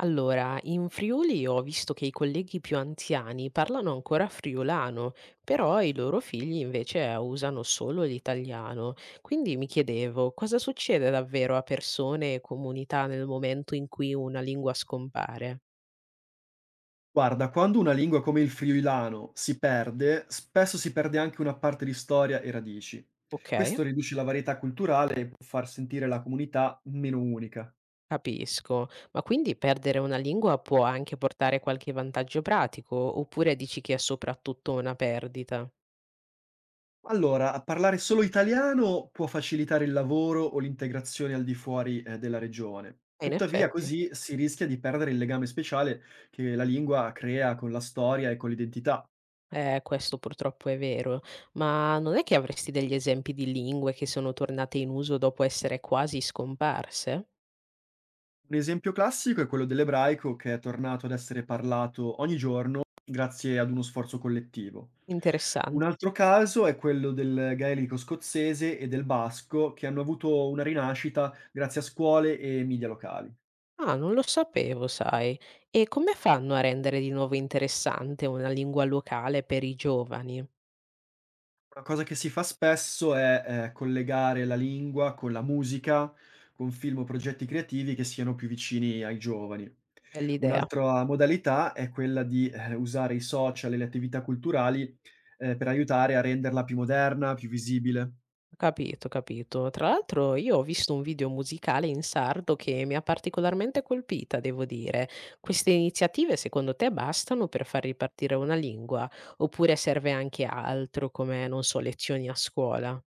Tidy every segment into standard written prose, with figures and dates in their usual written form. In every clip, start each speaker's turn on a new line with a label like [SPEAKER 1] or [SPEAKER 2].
[SPEAKER 1] Allora, in Friuli ho visto che i colleghi più anziani parlano ancora friulano, però i loro figli invece usano solo l'italiano. Quindi mi chiedevo, cosa succede davvero a persone e comunità nel momento in cui una lingua scompare?
[SPEAKER 2] Guarda, quando una lingua come il friulano si perde, spesso si perde anche una parte di storia e radici.
[SPEAKER 1] Ok,
[SPEAKER 2] Questo riduce la varietà culturale e può far sentire la comunità meno unica.
[SPEAKER 1] capisco, ma quindi perdere una lingua può anche portare qualche vantaggio pratico, oppure dici che è soprattutto una perdita?
[SPEAKER 2] Allora, a parlare solo italiano può facilitare il lavoro o l'integrazione al di fuori, della regione.
[SPEAKER 1] In
[SPEAKER 2] Tuttavia,
[SPEAKER 1] effetti.
[SPEAKER 2] così si rischia di perdere il legame speciale che la lingua crea con la storia e con l'identità.
[SPEAKER 1] Questo purtroppo è vero. Ma non è che avresti degli esempi di lingue che sono tornate in uso dopo essere quasi scomparse?
[SPEAKER 2] Un esempio classico è quello dell'ebraico che è tornato ad essere parlato ogni giorno grazie ad uno sforzo collettivo. Un
[SPEAKER 1] Interessante.
[SPEAKER 2] altro caso è quello del gaelico scozzese e del basco che hanno avuto una rinascita grazie a scuole e media locali.
[SPEAKER 1] Ah, non lo sapevo, sai. E come fanno a rendere di nuovo interessante una lingua locale per i giovani?
[SPEAKER 2] Una cosa che si fa spesso è collegare la lingua con la musica, con film o progetti creativi che siano più vicini ai giovani.
[SPEAKER 1] È l'idea.
[SPEAKER 2] Un'altra modalità è quella di usare i social e le attività culturali, per aiutare a renderla più moderna, più visibile.
[SPEAKER 1] Capito, capito. Tra l'altro io ho visto un video musicale in sardo che mi ha particolarmente colpita, devo dire. Queste iniziative secondo te bastano per far ripartire una lingua? Oppure serve anche altro come, non so, lezioni a scuola?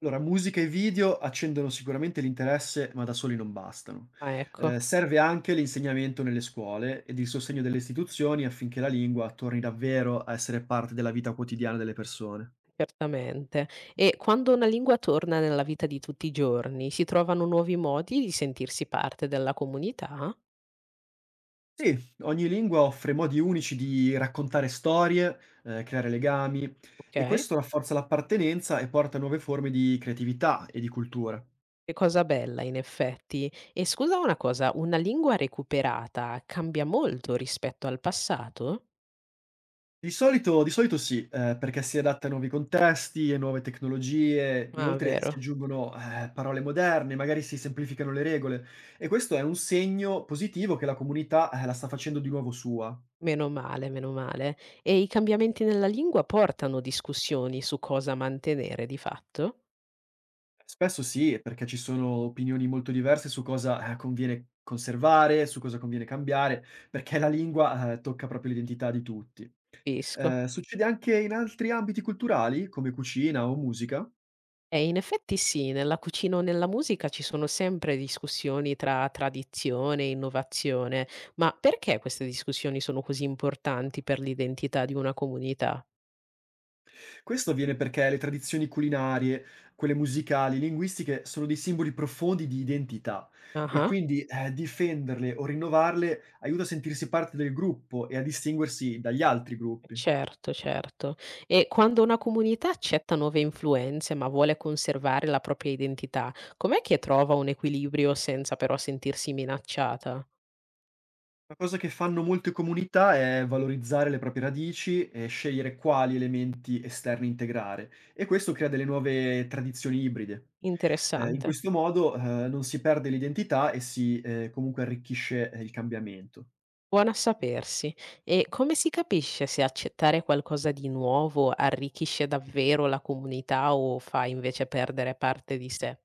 [SPEAKER 2] Allora, musica e video accendono sicuramente l'interesse, ma da soli non bastano.
[SPEAKER 1] Ah, ecco,
[SPEAKER 2] Serve anche l'insegnamento nelle scuole ed il sostegno delle istituzioni affinché la lingua torni davvero a essere parte della vita quotidiana delle persone.
[SPEAKER 1] certamente. E quando una lingua torna nella vita di tutti i giorni, si trovano nuovi modi di sentirsi parte della comunità?
[SPEAKER 2] Sì, ogni lingua offre modi unici di raccontare storie, creare legami
[SPEAKER 1] Ok.
[SPEAKER 2] e questo rafforza l'appartenenza e porta a nuove forme di creatività e di cultura.
[SPEAKER 1] Che cosa bella in effetti. E scusa una cosa, una lingua recuperata cambia molto rispetto al passato?
[SPEAKER 2] Di solito sì, perché si adatta a nuovi contesti e nuove tecnologie,
[SPEAKER 1] Ah
[SPEAKER 2] inoltre si
[SPEAKER 1] vero,
[SPEAKER 2] aggiungono parole moderne, magari si semplificano le regole e questo è un segno positivo che la comunità, la sta facendo di nuovo sua.
[SPEAKER 1] meno male, meno male. E i cambiamenti nella lingua portano discussioni su cosa mantenere di fatto?
[SPEAKER 2] Spesso sì, perché ci sono opinioni molto diverse su cosa conviene conservare, su cosa conviene cambiare, perché la lingua tocca proprio l'identità di tutti.
[SPEAKER 1] Capisco.
[SPEAKER 2] Succede anche in altri ambiti culturali, come cucina o musica.
[SPEAKER 1] E in effetti sì, nella cucina o nella musica ci sono sempre discussioni tra tradizione e innovazione, ma perché queste discussioni sono così importanti per l'identità di una comunità?
[SPEAKER 2] Questo avviene perché le tradizioni culinarie, quelle musicali, linguistiche, sono dei simboli profondi di identità e
[SPEAKER 1] Ah-ah.
[SPEAKER 2] quindi difenderle o rinnovarle aiuta a sentirsi parte del gruppo e a distinguersi dagli altri gruppi.
[SPEAKER 1] Certo, certo. E quando una comunità accetta nuove influenze, ma vuole conservare la propria identità, com'è che trova un equilibrio senza però sentirsi minacciata?
[SPEAKER 2] Una cosa che fanno molte comunità è valorizzare le proprie radici e scegliere quali elementi esterni integrare e questo crea delle nuove tradizioni ibride. In
[SPEAKER 1] Interessante.
[SPEAKER 2] questo modo, non si perde l'identità e si comunque arricchisce il cambiamento.
[SPEAKER 1] Buona a sapersi. E come si capisce se accettare qualcosa di nuovo arricchisce davvero la comunità o fa invece perdere parte di sé?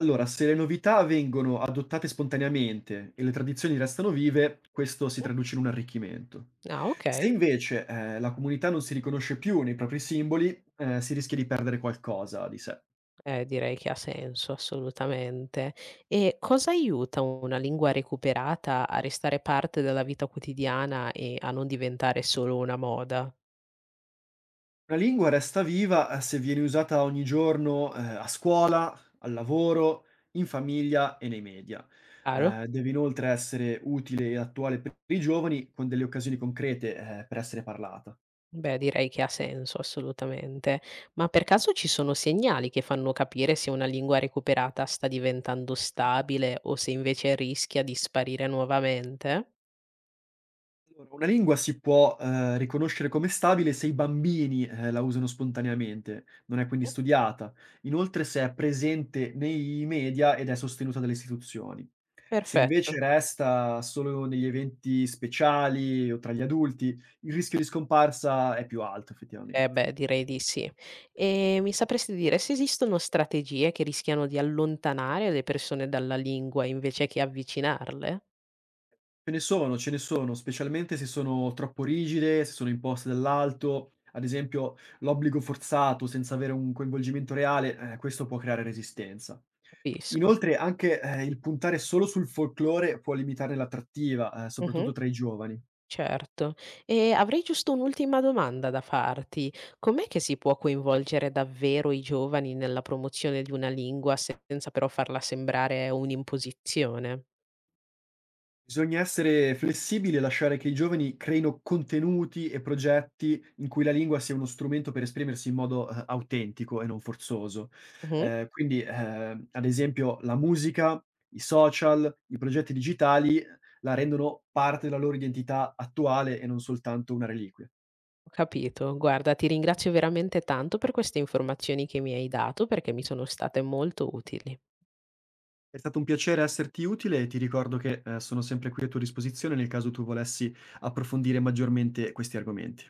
[SPEAKER 2] Allora, se le novità vengono adottate spontaneamente e le tradizioni restano vive, questo si traduce in un arricchimento.
[SPEAKER 1] Ah,
[SPEAKER 2] Se
[SPEAKER 1] ok.
[SPEAKER 2] invece, la comunità non si riconosce più nei propri simboli, si rischia di perdere qualcosa di sé.
[SPEAKER 1] Direi che ha senso, assolutamente. E cosa aiuta una lingua recuperata a restare parte della vita quotidiana e a non diventare solo una moda?
[SPEAKER 2] Una lingua resta viva, se viene usata ogni giorno, a scuola, al lavoro, in famiglia e nei media.
[SPEAKER 1] Chiaro?
[SPEAKER 2] Deve inoltre essere utile e attuale per i giovani con delle occasioni concrete, per essere parlata.
[SPEAKER 1] Beh, direi che ha senso, assolutamente. Ma per caso ci sono segnali che fanno capire se una lingua recuperata sta diventando stabile o se invece rischia di sparire nuovamente?
[SPEAKER 2] Allora, una lingua si può riconoscere come stabile se i bambini la usano spontaneamente, non è quindi studiata. Inoltre se è presente nei media ed è sostenuta dalle istituzioni. Se invece
[SPEAKER 1] Perfetto.
[SPEAKER 2] resta solo negli eventi speciali o tra gli adulti, il rischio di scomparsa è più alto
[SPEAKER 1] Eh
[SPEAKER 2] effettivamente.
[SPEAKER 1] beh, direi di sì. E mi sapresti dire se esistono strategie che rischiano di allontanare le persone dalla lingua invece che avvicinarle?
[SPEAKER 2] Ce ne sono, specialmente se sono troppo rigide, se sono imposte dall'alto, ad esempio l'obbligo forzato senza avere un coinvolgimento reale, questo può creare resistenza.
[SPEAKER 1] Capisco.
[SPEAKER 2] Inoltre anche, il puntare solo sul folklore può limitarne l'attrattiva,
[SPEAKER 1] Mh-mh,
[SPEAKER 2] soprattutto tra i giovani.
[SPEAKER 1] certo. E avrei giusto un'ultima domanda da farti. Com'è che si può coinvolgere davvero i giovani nella promozione di una lingua senza però farla sembrare un'imposizione?
[SPEAKER 2] Bisogna essere flessibili e lasciare che i giovani creino contenuti e progetti in cui la lingua sia uno strumento per esprimersi in modo, autentico e non forzoso.
[SPEAKER 1] Mh-mh,
[SPEAKER 2] Quindi, ad esempio la musica, i social, i progetti digitali la rendono parte della loro identità attuale e non soltanto una reliquia.
[SPEAKER 1] ho capito. Guarda, ti ringrazio veramente tanto per queste informazioni che mi hai dato perché mi sono state molto utili.
[SPEAKER 2] È stato un piacere esserti utile e ti ricordo che sono sempre qui a tua disposizione nel caso tu volessi approfondire maggiormente questi argomenti.